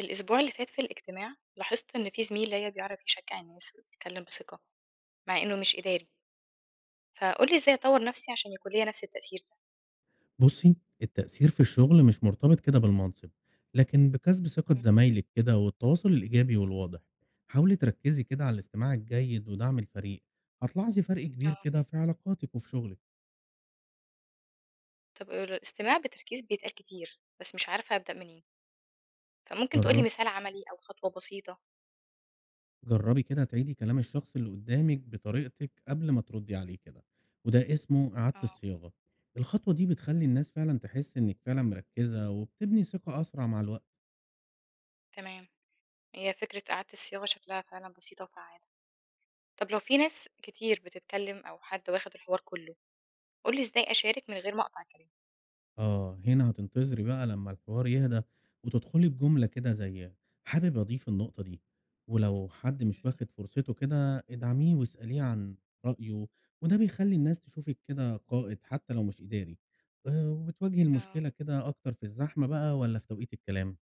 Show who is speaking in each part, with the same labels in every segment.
Speaker 1: الأسبوع اللي فات في الاجتماع لاحظت إن في زميل ليا بيعرف يشجع الناس ويتكلم بثقة، مع إنه مش إداري. فقولي إزاي أطور نفسي عشان يكون ليا نفس التأثير ده؟
Speaker 2: بُصّي، التأثير في الشغل مش مرتبط كده بالمنصب، لكن بكسب ثقة
Speaker 1: مم.
Speaker 2: زمايلِك كده والتواصل الإيجابي والواضح. حاولي تركّزي كده على الاستماع الجيد ودعم الفريق، هتلاحظي فرق كبير
Speaker 1: اه،
Speaker 2: كده في علاقاتِك وفي شغلِك.
Speaker 1: طب الاستماع بتركيز بيتقال كتير بس مش عارفة أبدأ منين، فممكن تقولي
Speaker 2: جرّب
Speaker 1: مثال عملي أو خطوة بسيطة؟
Speaker 2: جرّبي كده تعيدي كلام الشخص اللي قدّامِك بطريقتِك قبل ما تردّي عليه كده، وده اسمه إعادة
Speaker 1: اه،
Speaker 2: الصياغة. الخطوة دي بتخلّي الناس فعلًا تحس إنِّك فعلًا مركّزة وبتبني ثقة أسرع مع الوقت.
Speaker 1: تمام. هي فكرة إعادة الصياغة شكلها فعلا بسيطة وفعالة. طب لو في ناس كتير بتتكلم أو حد واخد الحوار كله، قولي إزاي أشارك من غير ما أقطع كلام؟
Speaker 2: آه، هنا هتنتظري بقى لمّا الحوار يهدى، وتدخلي بجملة كده زي حابب أضيف النقطة دي، ولو حد
Speaker 1: مم.
Speaker 2: مش واخد فرصته كده ادعميه واسأليه عن رأيه، وده بيخلّي الناس تشوفِك كده قائد حتى لو مش إداري. وبتواجهي
Speaker 1: اه،
Speaker 2: المشكلة كده أكتر في الزحمة بقى والّا في توقيت الكلام؟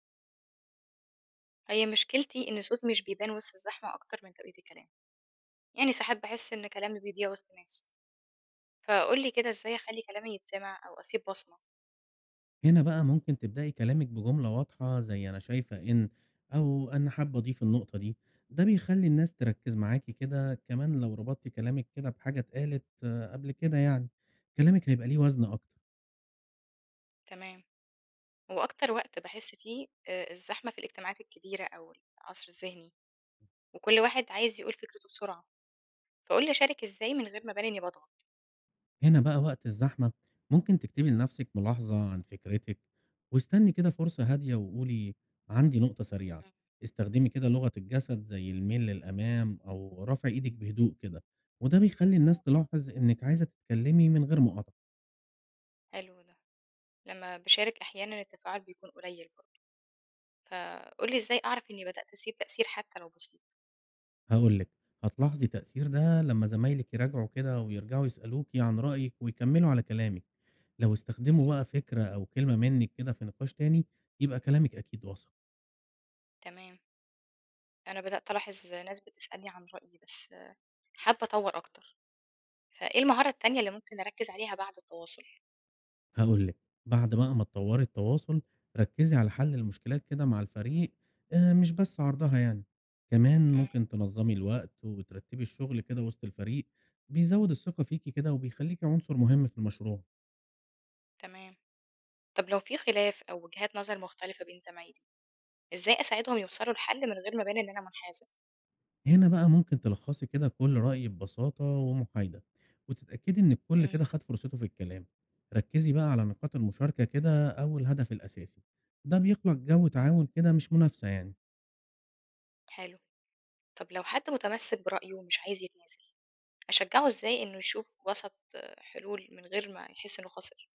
Speaker 1: هي مشكلتي إن صوتي مش بيبان وسط الزحمة أكتر من توقيت الكلام. يعني ساعات باحس إن كلامي بيضيع وسط ناس، فقُل لي كده إزاي أخلّي كلامي يتسمع أو أسيب بصمة؟
Speaker 2: هنا بقى ممكن تبدأي كلامِك بجملة واضحة زي أنا شايفة إن، أو أنا حابة أضيف النقطة دي، ده بيخلّي الناس تركّز معاكِ كده، كمان لو ربطتِ كلامِك كده بحاجة اتقالت آه، قبل كده يعني، كلامِك هيبقى ليه وزن أكتر.
Speaker 1: تمام. وأكتر وقت باحس فيه الزحمة في الاجتماعات الكبيرة أو العصر الذهني، وكل واحد عايز يقول فكرته بسرعة، فقُل لي أشارك إزاي من غير ما أبان إني باضغط؟
Speaker 2: هنا بقى وقت الزحمة ممكن تكتبي لنفسِك ملاحظة عن فكرتِك، واستني كده فرصة هادية وقولي عندي نقطة سريعة.
Speaker 1: إمم.
Speaker 2: استخدمي كده لغة الجسد زي الميل للأمام أو رفع إيدِك بهدوء كده، وده بيخلّي الناس تلاحظ إنِك عايزة تتكلمي من غير مقاطعة.
Speaker 1: حلو ده. لمّا باشارك أحيانًا التفاعل بيكون قليل برضه، فقُل لي إزاي أعرف إني بدأت أسيب تأثير حتى لو بسيط؟
Speaker 2: هاقول لِك، هتلاحظي تأثير ده لمّا زمايلِك يراجعوا كده ويرجعوا يسألوكِ عن رأيِك ويكمّلوا على كلامِك، لو
Speaker 1: إمم.
Speaker 2: استخدموا بقى فكرة أو كلمة منِّك كده في نقاش تاني، يبقى كلامِك أكيد وصل.
Speaker 1: تمام. أنا بدأت ألاحظ ناس بتسألني عن رأيي بس حابة أطوّر أكتر، فإيه المهارة التانية اللي ممكن أركّز عليها بعد التواصل؟
Speaker 2: هاقول لِك، بعد بقى ما تطوّري التواصل، ركّزي على حل المشكلات كده مع الفريق، مش بس عرضها يعني، كمان
Speaker 1: إمم.
Speaker 2: ممكن تنظّمي الوقت وترتّبي الشغل كده وسط الفريق، بيزوّد الثقة فيكِ كده وبيخلّيكِ عنصر مهم في المشروع.
Speaker 1: تمام. طب لو في خلاف أو وجهات نظر مختلفة بين زمايلي، إزاي أساعدهم يوصلوا لحل من غير ما أبان إن أنا منحازة؟
Speaker 2: هنا بقى ممكن تلخصي كده كل رأي ببساطة ومحايدة وتتأكدي إن الكل
Speaker 1: إمم،
Speaker 2: كده خد فرصته في الكلام. ركزي بقى على نقاط المشاركة كده أو الهدف الأساسي، ده بيخلق جو
Speaker 1: إمم،
Speaker 2: تعاون كده مش منافسة يعني.
Speaker 1: حلو. طب لو حد متمسك برأيه ومش عايز يتنازل، أشجعه إزاي إنه يشوف وسط حلول من غير ما يحس إنه خسر؟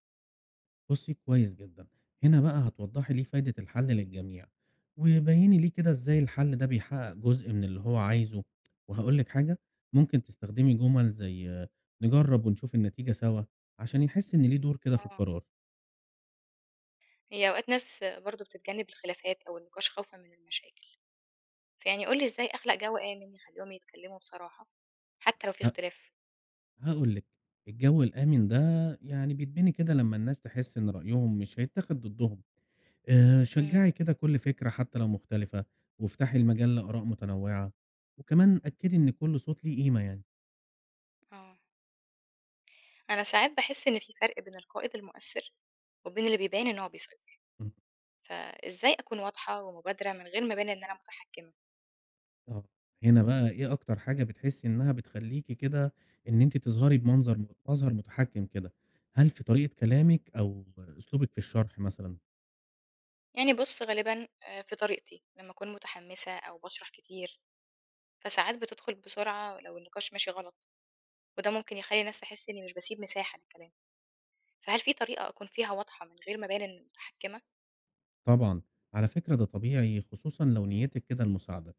Speaker 2: بصي كويس جدا، هنا بقى هتوضحي ليه فايدة الحل للجميع وبيني ليه كده إزاي الحل ده بيحقق جزء من اللي هو عايزه. وهقولك حاجة، ممكن تستخدمي جمل زي آه، نجرب ونشوف النتيجة سوا عشان يحس إن ليه دور كده في
Speaker 1: آه،
Speaker 2: القرار.
Speaker 1: هي أوقات ناس برضه بتتجنب الخلافات أو النقاش خوفًا من المشاكل، فيعني قُل لي إزاي أخلق جو آمن يخليهم يتكلموا بصراحة حتى لو في اختلاف؟
Speaker 2: هاقول لِك، الجو الآمن ده يعني بيتبني كده لمّا الناس تحس إن رأيهم مش هيتاخد ضدهم،
Speaker 1: إمم،
Speaker 2: شجّعي كده كل فكرة حتى لو مختلفة، وافتحي المجال لآراء متنوعة، وكمان أكّدي إن كل صوت ليه قيمة يعني.
Speaker 1: آه. أنا ساعات باحس إن في فرق بين القائد المؤثر وبين اللي بيبان إن هو بيسيطر.
Speaker 2: إمم،
Speaker 1: فإزاي أكون واضحة ومبادرة من غير ما أبان إن أنا متحكمة؟
Speaker 2: آه، هنا بقى إيه أكتر حاجة بتحسي إنها بتخلّيكِ كده إن أنتِ تظهري بمنظر مظهر متحكم كده؟ هل في طريقة كلامِك أو أسلوبِك في الشرح مثلًا؟
Speaker 1: يعني بُص غالبًا في طريقتي، لمّا أكون متحمسة أو باشرح كتير، فساعات بتدخل بسرعة لو النقاش ماشي غلط، وده ممكن يخلّي الناس تحس إني مش باسيب مساحة للكلام، فهل في طريقة أكون فيها واضحة من غير ما أبان إني متحكمة؟
Speaker 2: طبعًا، على فكرة ده طبيعي خصوصًا لو نيتِك كده المساعدة،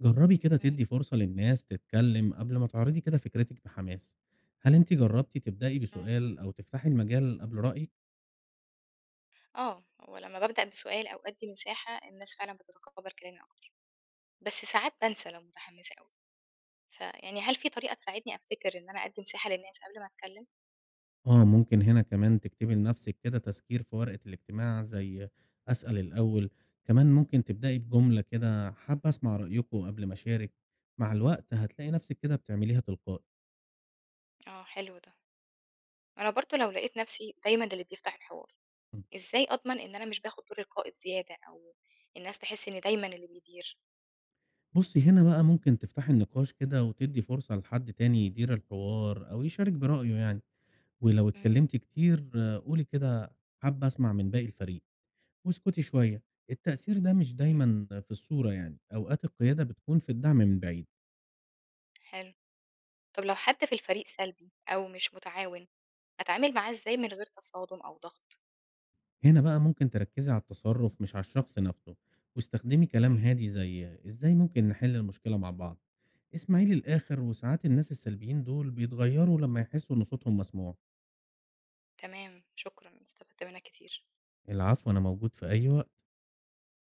Speaker 2: جرّبي كده
Speaker 1: إمم،
Speaker 2: تدّي فرصة للناس تتكلّم قبل ما تعرضي كده فكرتِك بحماس، هل أنتِ جرّبتِ تبدئي
Speaker 1: إمم،
Speaker 2: بسؤال أو تفتحي المجال قبل رأيِك؟
Speaker 1: آه، هو لمّا بابدأ بسؤال أو أدّي مساحة، الناس فعلًا بتتقبل كلامي أكتر، بس ساعات بانسى لو متحمسة أوي، فيعني هل في طريقة تساعدني أفتكر إن أنا أدّي مساحة للناس قبل ما أتكلم؟
Speaker 2: آه، ممكن هنا كمان تكتبي لنفسِك كده تذكير في ورقة الاجتماع زي أسأل الأول، كمان ممكن تبدئي بجملة كده حابة أسمع رأيكم قبل ما أشارك، مع الوقت هتلاقي نفسِك كده بتعمليها تلقائي.
Speaker 1: آه، حلو ده. أنا برضه لو لقيت نفسي دايمًا اللي بيفتح الحوار، إزاي أضمن إن أنا مش باخد دور القائد زيادة أو الناس تحس إني دايمًا اللي بيدير؟
Speaker 2: بُصّي، هنا بقى ممكن تفتحي النقاش كده وتدّي فرصة لحد تاني يدير الحوار أو يشارك برأيه يعني، ولو
Speaker 1: مم.
Speaker 2: اتكلمتِ كتير آه، قولي كده حابة أسمع من باقي الفريق واسكتي شوية، التأثير ده مش
Speaker 1: إمم،
Speaker 2: دايمًا في الصورة يعني، أوقات القيادة بتكون في الدعم من بعيد،
Speaker 1: حلو. طب لو حد في الفريق سلبي أو مش متعاون، أتعامل معاه إزاي من غير تصادم أو ضغط؟
Speaker 2: هنا بقى ممكن تركّزي على التصرف مش على الشخص نفسه، واستخدمي كلام
Speaker 1: مم.
Speaker 2: هادي زي إزاي ممكن نحل المشكلة مع بعض، اسمعي للآخر وساعات الناس السلبيين دول بيتغيروا لمّا يحسوا إن صوتهم مسموع،
Speaker 1: تمام، شكرًا، استفدت منك كتير.
Speaker 2: العفو أنا موجود في أي وقت.